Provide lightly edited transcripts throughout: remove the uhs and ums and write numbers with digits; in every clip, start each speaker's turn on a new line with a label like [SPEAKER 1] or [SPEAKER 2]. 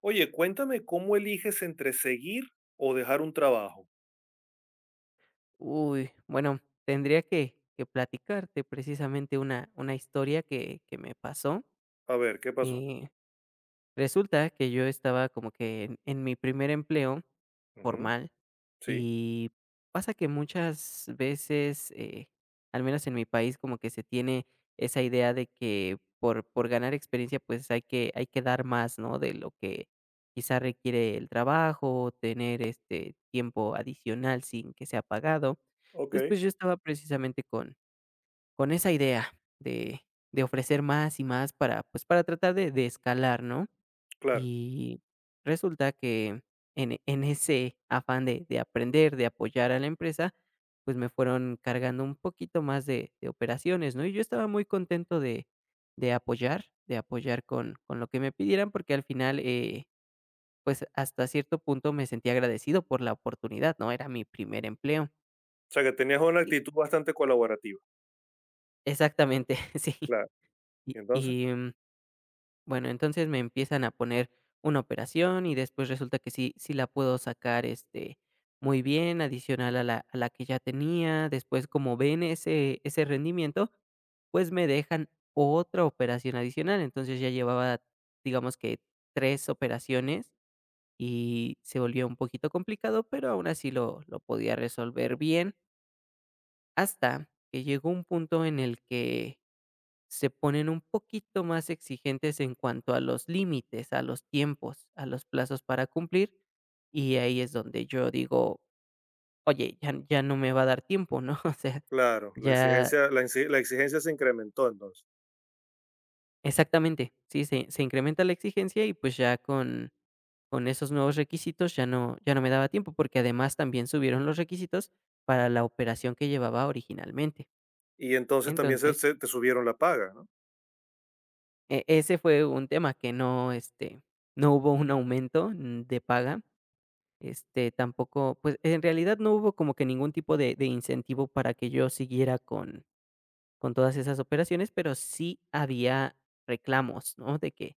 [SPEAKER 1] Oye, cuéntame cómo eliges entre seguir o dejar un trabajo.
[SPEAKER 2] Uy, bueno, tendría que platicarte precisamente una historia que me pasó.
[SPEAKER 1] A ver, ¿qué pasó?
[SPEAKER 2] eh, Resulta que yo estaba como que en mi primer empleo
[SPEAKER 1] Ujú.
[SPEAKER 2] formal,
[SPEAKER 1] Sí,
[SPEAKER 2] y pasa que muchas veces, al menos en mi país, como que se tiene esa idea de que por ganar experiencia, pues hay que dar más, ¿no? De lo que quizá requiere el trabajo, tener este tiempo adicional sin que sea pagado.
[SPEAKER 1] ok,
[SPEAKER 2] Entonces, pues yo estaba precisamente con esa idea de, de ofrecer más y más para, pues para tratar de escalar, ¿no?
[SPEAKER 1] claro.
[SPEAKER 2] Y resulta que en ese afán de aprender, de apoyar a la empresa, pues me fueron cargando un poquito más de operaciones, ¿no? Y yo estaba muy contento de apoyar con lo que me pidieran, porque al final, pues, hasta cierto punto me sentí agradecido por la oportunidad, ¿no? Era mi primer empleo.
[SPEAKER 1] O sea, que tenías una
[SPEAKER 2] Y
[SPEAKER 1] actitud bastante colaborativa.
[SPEAKER 2] exactamente, sí.
[SPEAKER 1] Claro. ¿Y entonces?
[SPEAKER 2] Y mm bueno, entonces me empiezan a poner una operación y después resulta que sí, sí la puedo sacar, este, muy bien, adicional a la que ya tenía. Después, como ven ese rendimiento, pues me dejan otra operación adicional. Entonces ya llevaba, digamos que tres operaciones, y se volvió un poquito complicado, pero aún así lo podía resolver bien hasta que llegó un punto en el que se ponen un poquito más exigentes en cuanto a los límites, a los tiempos, a los plazos para cumplir. Y ahí es donde yo digo: oye, ya, ya no me va a dar tiempo, ¿no? O sea,
[SPEAKER 1] Claro, la
[SPEAKER 2] ya
[SPEAKER 1] exigencia, la exigencia se incrementó entonces.
[SPEAKER 2] exactamente, sí, se incrementa la exigencia, y pues ya con esos nuevos requisitos ya no me daba tiempo, porque además también subieron los requisitos para la operación que llevaba originalmente.
[SPEAKER 1] Y entonces también
[SPEAKER 2] Entonces,
[SPEAKER 1] te subieron la paga, ¿no?
[SPEAKER 2] ese fue un tema que no, no hubo un aumento de paga. Tampoco, pues, en realidad no hubo como que ningún tipo de incentivo para que yo siguiera con todas esas operaciones, pero sí había reclamos, ¿no? De que: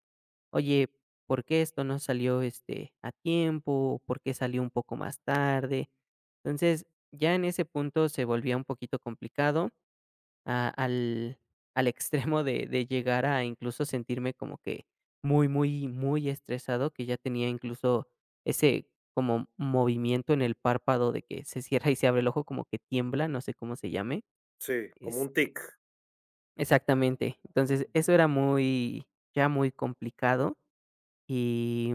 [SPEAKER 2] "Oye, ¿por qué esto no salió, a tiempo? ¿Por qué salió un poco más tarde?". Entonces, ya en ese punto se volvía un poquito complicado, a al al extremo de llegar a incluso sentirme como que muy, muy, muy estresado, que ya tenía incluso ese como movimiento en el párpado de que se cierra y se abre el ojo, como que tiembla, no sé cómo se llame.
[SPEAKER 1] Sí, como un
[SPEAKER 2] Este
[SPEAKER 1] tic.
[SPEAKER 2] Exactamente. Entonces,
[SPEAKER 1] Ujú.
[SPEAKER 2] eso era muy ya muy complicado. Y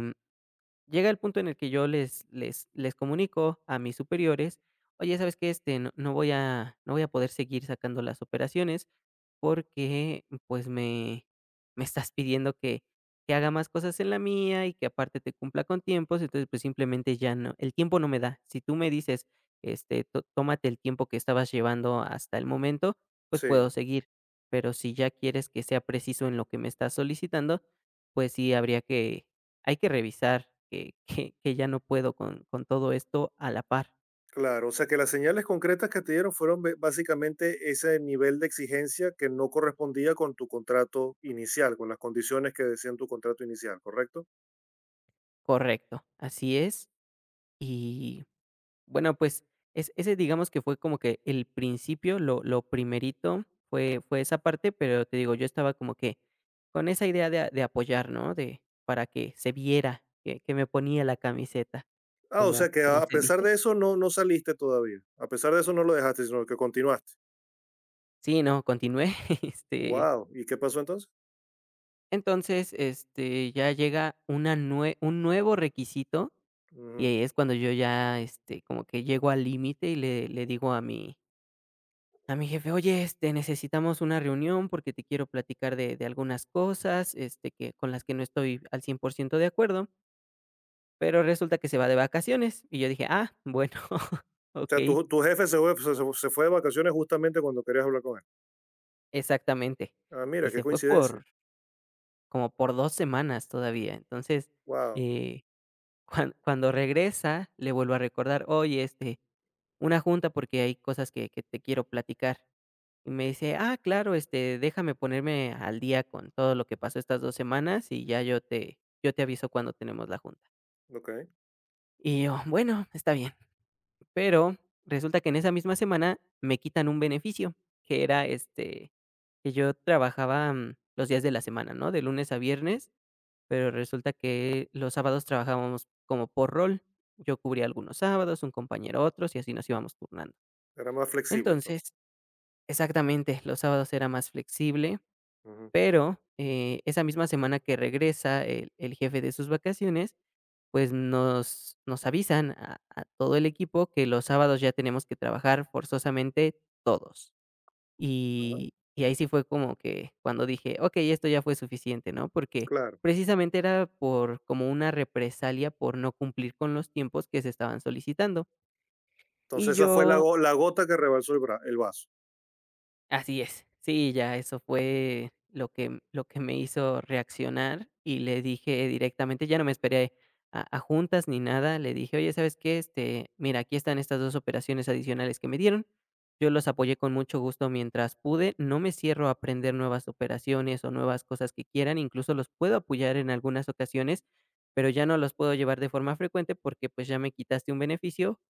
[SPEAKER 2] llega el punto en el que yo les comunico a mis superiores: "Oye, ¿sabes qué? No voy a poder seguir sacando las operaciones porque, pues, me estás pidiendo que haga más cosas en la mía y que aparte te cumpla con tiempos. Entonces, pues, simplemente ya no, el tiempo no me da. Si tú me dices, to tómate el tiempo que estabas llevando hasta el momento, pues, puedo
[SPEAKER 1] Sí,
[SPEAKER 2] seguir, pero si ya quieres que sea preciso en lo que me estás solicitando, pues, sí habría que hay que revisar que ya no puedo con todo esto a la par".
[SPEAKER 1] claro. O sea, que las señales concretas que te dieron fueron básicamente ese nivel de exigencia que no correspondía con tu contrato inicial, con las condiciones que decían tu contrato inicial, ¿correcto?
[SPEAKER 2] Correcto, así es. Y, bueno, pues, es ese, digamos que fue como que el principio, lo primerito fue esa parte, pero te digo, yo estaba como que con esa idea de apoyar, ¿no? De para que se viera que me ponía la camiseta,
[SPEAKER 1] Ah, o
[SPEAKER 2] como
[SPEAKER 1] sea que
[SPEAKER 2] como
[SPEAKER 1] a
[SPEAKER 2] se
[SPEAKER 1] pesar
[SPEAKER 2] dice.
[SPEAKER 1] de eso no, no saliste todavía. A pesar de eso no lo dejaste, sino que continuaste.
[SPEAKER 2] Sí, no, continué. este,
[SPEAKER 1] Wow. ¿Y qué pasó entonces?
[SPEAKER 2] entonces, ya llega una nue un nuevo requisito. Y
[SPEAKER 1] Ujú.
[SPEAKER 2] ahí es cuando yo ya, como que llego al límite, y le digo a mi jefe: "Oye, necesitamos una reunión porque te quiero platicar de algunas cosas, que con las que no estoy al 100% de acuerdo". Pero resulta que se va de vacaciones. Y yo dije: "Ah, bueno,
[SPEAKER 1] O sea,
[SPEAKER 2] okey".
[SPEAKER 1] tu jefe se fue, se fue de vacaciones justamente cuando querías hablar con él.
[SPEAKER 2] Exactamente.
[SPEAKER 1] Ah,
[SPEAKER 2] Y
[SPEAKER 1] mira, qué
[SPEAKER 2] se fue por
[SPEAKER 1] coincidencia.
[SPEAKER 2] como por 2 semanas todavía. Entonces,
[SPEAKER 1] Wow.
[SPEAKER 2] eh cuando regresa, le vuelvo a recordar: "Oye, una junta porque hay cosas que te quiero platicar". Y me dice: "Ah, claro, déjame ponerme al día con todo lo que pasó estas 2 semanas, y ya yo te aviso cuando tenemos la junta".
[SPEAKER 1] Ok.
[SPEAKER 2] Y yo: "Bueno, está bien". Pero resulta que en esa misma semana me quitan un beneficio, que era, que yo trabajaba, los días de la semana, ¿no? De lunes a viernes, pero resulta que los sábados trabajábamos como por rol. Yo cubría algunos sábados, un compañero otros, y así nos íbamos turnando.
[SPEAKER 1] Era más flexible entonces.
[SPEAKER 2] Entonces, exactamente, los sábados era más flexible,
[SPEAKER 1] Ujú.
[SPEAKER 2] pero, esa misma semana que regresa el jefe de sus vacaciones, pues nos avisan a todo el equipo que los sábados ya tenemos que trabajar forzosamente todos.
[SPEAKER 1] Ah,
[SPEAKER 2] Y ahí sí fue como que cuando dije: "Okey, esto ya fue suficiente", ¿no? Porque
[SPEAKER 1] claro.
[SPEAKER 2] precisamente era por como una represalia por no cumplir con los tiempos que se estaban solicitando. Y
[SPEAKER 1] Entonces esa fue
[SPEAKER 2] yo.
[SPEAKER 1] la gota que rebalsó el vaso.
[SPEAKER 2] Así es. Sí, ya eso fue lo que me hizo reaccionar, y le dije directamente, ya no me esperé a juntas ni nada. Le dije: "Oye, ¿sabes qué? Mira, aquí están estas 2 operaciones adicionales que me dieron, yo los apoyé con mucho gusto mientras pude, no me cierro a aprender nuevas operaciones o nuevas cosas que quieran, incluso los puedo apoyar en algunas ocasiones, pero ya no los puedo llevar de forma frecuente porque, pues, ya me quitaste un beneficio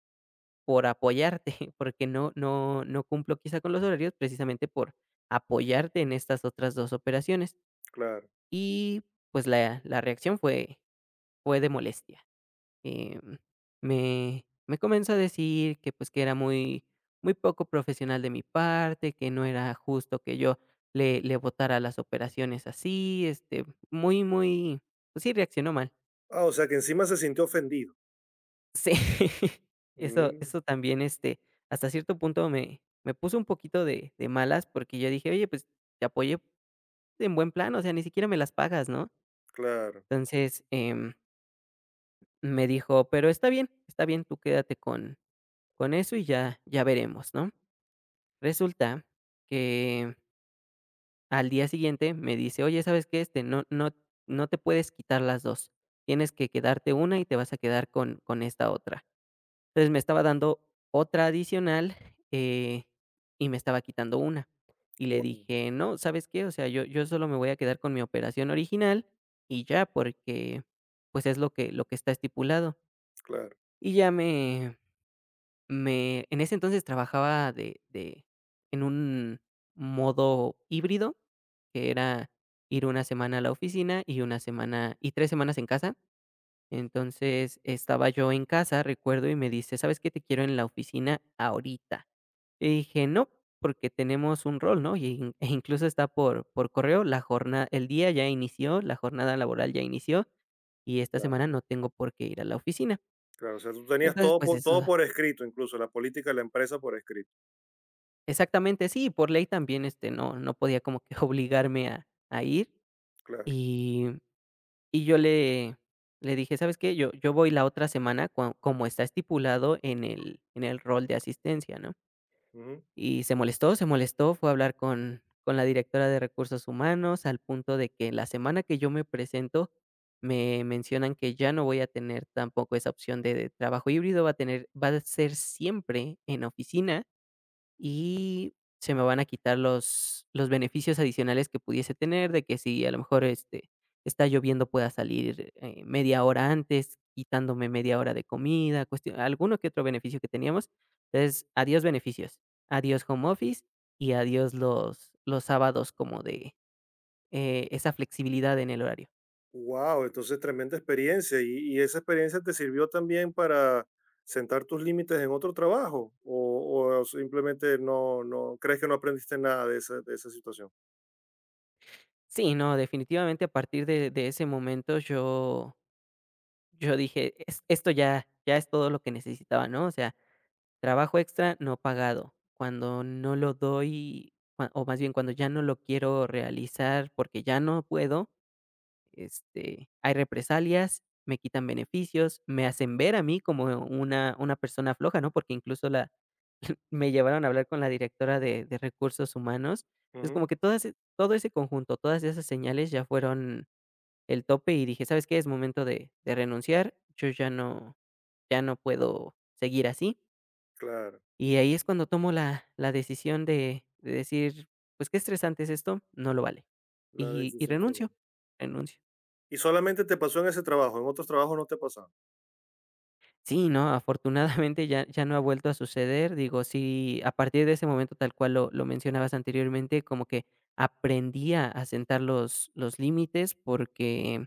[SPEAKER 2] por apoyarte, porque no no no cumplo quizá con los horarios, precisamente por apoyarte en estas otras 2 operaciones".
[SPEAKER 1] Claro.
[SPEAKER 2] Y, pues, la reacción fue de molestia. Em, me comenzó a decir que, pues, que era muy muy poco profesional de mi parte, que no era justo que yo le votara las operaciones así, muy, muy, pues sí, reaccionó mal.
[SPEAKER 1] Ah, o sea que encima se sintió ofendido.
[SPEAKER 2] Sí, eso
[SPEAKER 1] Mm,
[SPEAKER 2] eso también, hasta cierto punto me puso un poquito de malas, porque yo dije: "Oye, pues, te apoyé en buen plan, o sea, ni siquiera me las pagas", ¿no?
[SPEAKER 1] claro.
[SPEAKER 2] Entonces, me dijo: "Pero está bien, tú quédate con eso, y ya ya veremos", ¿no? Resulta que al día siguiente me dice: "Oye, ¿sabes qué? No no no te puedes quitar las 2, tienes que quedarte una y te vas a quedar con esta otra". Entonces, me estaba dando otra adicional, eh, y me estaba quitando una. Y le
[SPEAKER 1] Wow.
[SPEAKER 2] dije: "No, ¿sabes qué? O sea, yo solo me voy a quedar con mi operación original y ya, porque, pues, es lo que está estipulado".
[SPEAKER 1] Claro,
[SPEAKER 2] Y ya me en ese entonces trabajaba de en un modo híbrido, que era ir una semana a la oficina y una semana y 3 semanas en casa. Entonces, estaba yo en casa, recuerdo, y me dice: "¿Sabes qué? Te quiero en la oficina ahorita". Y dije: "No, porque tenemos un rol", ¿no? Y in e incluso está por correo, la jornada, el día ya inició, la jornada laboral ya inició, y esta
[SPEAKER 1] claro,
[SPEAKER 2] semana no tengo por qué ir a la oficina.
[SPEAKER 1] claro. O sea, tú tenías
[SPEAKER 2] Entonces, pues
[SPEAKER 1] todo
[SPEAKER 2] eso,
[SPEAKER 1] por escrito, incluso la política de la empresa por escrito.
[SPEAKER 2] exactamente, sí, por ley también, no podía como que obligarme a ir,
[SPEAKER 1] Claro.
[SPEAKER 2] y Y yo le dije: "¿Sabes qué? Yo voy la otra semana co como está estipulado en el rol de asistencia", ¿no? Y se molestó, fue a hablar con la directora de recursos humanos, al punto de que la semana que yo me presento, me mencionan que ya no voy a tener tampoco esa opción de trabajo híbrido, va a ser siempre en oficina. Y se me van a quitar los beneficios adicionales que pudiese tener, de que si a lo mejor, está lloviendo, pueda salir, media hora antes, quitándome media hora de comida, cuestión alguno que otro beneficio que teníamos. Entonces, adiós beneficios, adiós home office y adiós los sábados como de, esa flexibilidad en el horario.
[SPEAKER 1] Wow, entonces tremenda experiencia. Y esa experiencia te sirvió también para sentar tus límites en otro trabajo? O simplemente no, no crees que no aprendiste nada de esa, de esa situación?
[SPEAKER 2] Sí, no, definitivamente a partir de ese momento, yo dije: "Es esto ya es todo lo que necesitaba", ¿no? O sea, trabajo extra no pagado, cuando no lo doy, cua o más bien cuando ya no lo quiero realizar porque ya no puedo, hay represalias, me quitan beneficios, me hacen ver a mí como una persona floja, ¿no? Porque incluso la me llevaron a hablar con la directora de recursos humanos.
[SPEAKER 1] Ujú.
[SPEAKER 2] Es
[SPEAKER 1] Ujú.
[SPEAKER 2] como que todo ese conjunto, todas esas señales ya fueron el tope, y dije: "¿Sabes qué? Es momento de renunciar, yo ya no puedo seguir así".
[SPEAKER 1] Claro,
[SPEAKER 2] Y ahí es cuando tomo la decisión de decir: "Pues, qué estresante es esto, no lo vale".
[SPEAKER 1] la
[SPEAKER 2] Y
[SPEAKER 1] decisión final.
[SPEAKER 2] renuncio, renuncio.
[SPEAKER 1] Y solamente te pasó en ese trabajo, en otros trabajos no te pasaron.
[SPEAKER 2] Sí, no, afortunadamente ya no ha vuelto a suceder. Digo, sí, a partir de ese momento, tal cual lo mencionabas anteriormente, como que aprendí a sentar los límites porque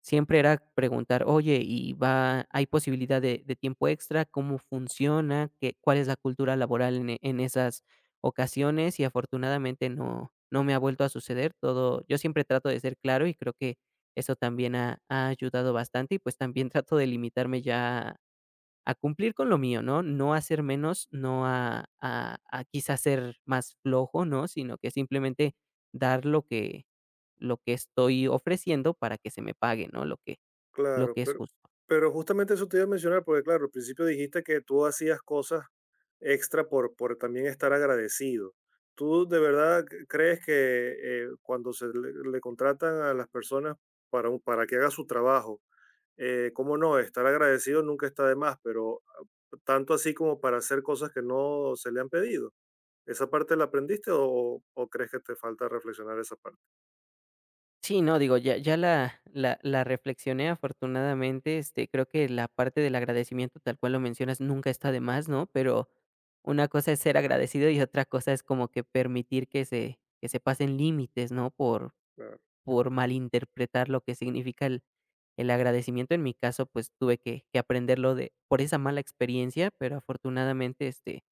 [SPEAKER 2] siempre era preguntar, oye, ¿ hay posibilidad de tiempo extra? ¿Cómo funciona? ¿Cuál es la cultura laboral en, en esas ocasiones? Y afortunadamente no, no me ha vuelto a suceder todo. Yo siempre trato de ser claro y creo que eso también ha ayudado bastante y pues también trato de limitarme ya a cumplir con lo mío, ¿no? No a ser menos, no a quizás ser más flojo, ¿no? Sino que simplemente dar lo que estoy ofreciendo para que se me pague, ¿no? Lo que lo
[SPEAKER 1] Claro,
[SPEAKER 2] que es justo.
[SPEAKER 1] pero justamente eso te iba a mencionar, porque claro, al principio dijiste que tú hacías cosas extra por también estar agradecido. ¿Tú de verdad crees que cuando le contratan a las personas para, para que haga su trabajo, cómo no, estar agradecido nunca está de más, pero ah, tanto así como para hacer cosas que no se le han pedido? ¿Esa parte la aprendiste o crees que te falta reflexionar esa parte?
[SPEAKER 2] Sí, no, digo, ya la reflexioné afortunadamente, creo que la parte del agradecimiento, tal cual lo mencionas, nunca está de más, ¿no? Pero una cosa es ser agradecido y otra cosa es como que permitir que se pasen límites, ¿no? Por
[SPEAKER 1] Claro.
[SPEAKER 2] por malinterpretar lo que significa el agradecimiento. En mi caso, pues, tuve que aprenderlo de por esa mala experiencia, pero afortunadamente,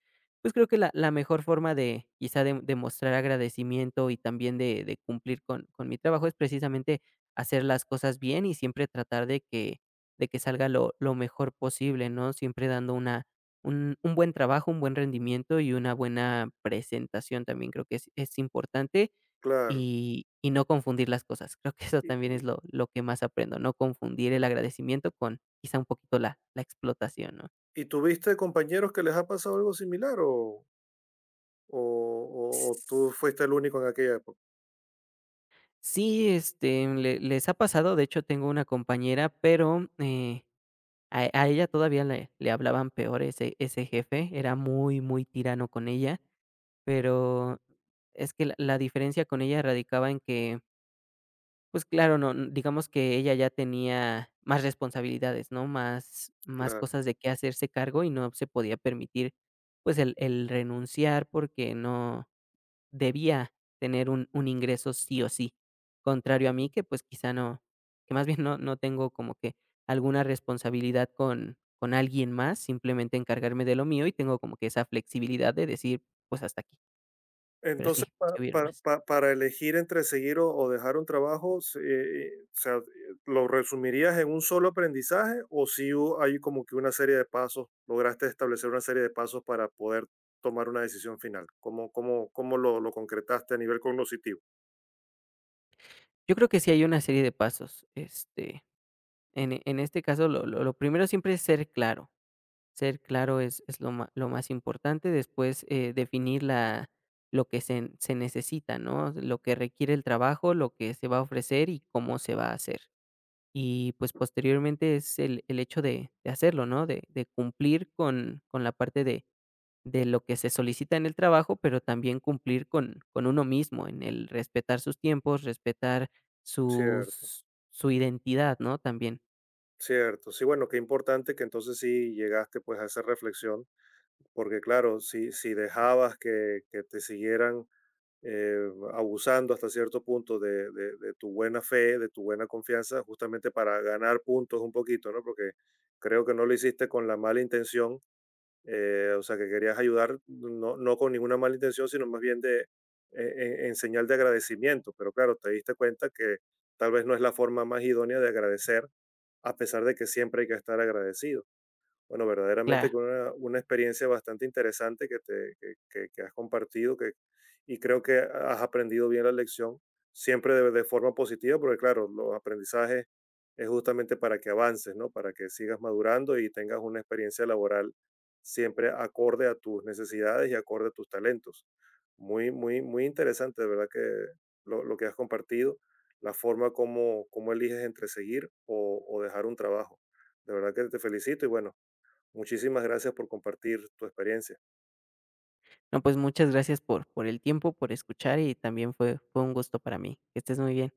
[SPEAKER 2] pues, creo que la mejor forma de, quizá, de mostrar agradecimiento y también de cumplir con mi trabajo es precisamente hacer las cosas bien y siempre tratar de que salga lo mejor posible, ¿no? Siempre dando una un buen trabajo, un buen rendimiento y una buena presentación también creo que es importante.
[SPEAKER 1] Claro.
[SPEAKER 2] Y no confundir las cosas. Creo que eso
[SPEAKER 1] ¿Y,
[SPEAKER 2] también es lo que más aprendo, no confundir el agradecimiento con quizá un poquito la explotación, ¿no?
[SPEAKER 1] y tuviste compañeros que les ha pasado algo similar o, o tú
[SPEAKER 2] S-
[SPEAKER 1] fuiste el único en aquella época?
[SPEAKER 2] Sí, este, le les ha pasado, de hecho, tengo una compañera, pero, a ella todavía le hablaban peor ese jefe, era muy, muy tirano con ella, pero es que la diferencia con ella radicaba en que pues claro, no, n digamos que ella ya tenía más responsabilidades, ¿no? Más más
[SPEAKER 1] Claro.
[SPEAKER 2] cosas de qué hacerse cargo y no se podía permitir, pues, el renunciar porque no debía tener un ingreso sí o sí. Contrario a mí, que, pues, quizá no que más bien no tengo como que alguna responsabilidad con alguien más, simplemente encargarme de lo mío y tengo como que esa flexibilidad de decir, pues, hasta aquí. Pero
[SPEAKER 1] Entonces,
[SPEAKER 2] sí, si hubieron más.
[SPEAKER 1] para elegir entre seguir o dejar un trabajo, o sea, ¿lo resumirías en un solo aprendizaje o si hay como que una serie de pasos, lograste establecer una serie de pasos para poder tomar una decisión final? ¿Cómo, cómo, cómo lo concretaste a nivel cognitivo?
[SPEAKER 2] Yo creo que sí hay una serie de pasos, este. En este caso, lo primero siempre es ser claro. Ser claro es lo ma lo más importante. Después, definir la lo que se necesita, ¿no? Lo que requiere el trabajo, lo que se va a ofrecer y cómo se va a hacer. Y, pues, posteriormente es el hecho de hacerlo, ¿no? De cumplir con la parte de lo que se solicita en el trabajo, pero también cumplir con uno mismo, en el respetar sus tiempos, respetar
[SPEAKER 1] Cierto,
[SPEAKER 2] sus su identidad, ¿no? También.
[SPEAKER 1] cierto. Sí, bueno, qué importante que entonces sí llegaste pues a esa reflexión, porque claro, si, si dejabas que te siguieran eh, abusando hasta cierto punto de, de tu buena fe, de tu buena confianza, justamente para ganar puntos un poquito, ¿no? Porque creo que no lo hiciste con la mala intención, o sea, que querías ayudar, no, no con ninguna mala intención, sino más bien de, en señal de agradecimiento. Pero claro, te diste cuenta que tal vez no es la forma más idónea de agradecer, a pesar de que siempre hay que estar agradecido. Bueno, verdaderamente
[SPEAKER 2] Claro.
[SPEAKER 1] que una experiencia bastante interesante que, te, que has compartido que, y creo que has aprendido bien la lección, siempre de forma positiva, porque claro, los aprendizajes es justamente para que avances, ¿no? Para que sigas madurando y tengas una experiencia laboral siempre acorde a tus necesidades y acorde a tus talentos. Muy, muy, muy interesante, de verdad, que lo que has compartido, la forma como, como eliges entre seguir o dejar un trabajo. De verdad que te felicito y bueno. Muchísimas gracias por compartir tu experiencia.
[SPEAKER 2] No, pues muchas gracias por el tiempo, por escuchar y también fue un gusto para mí. Que estés muy bien.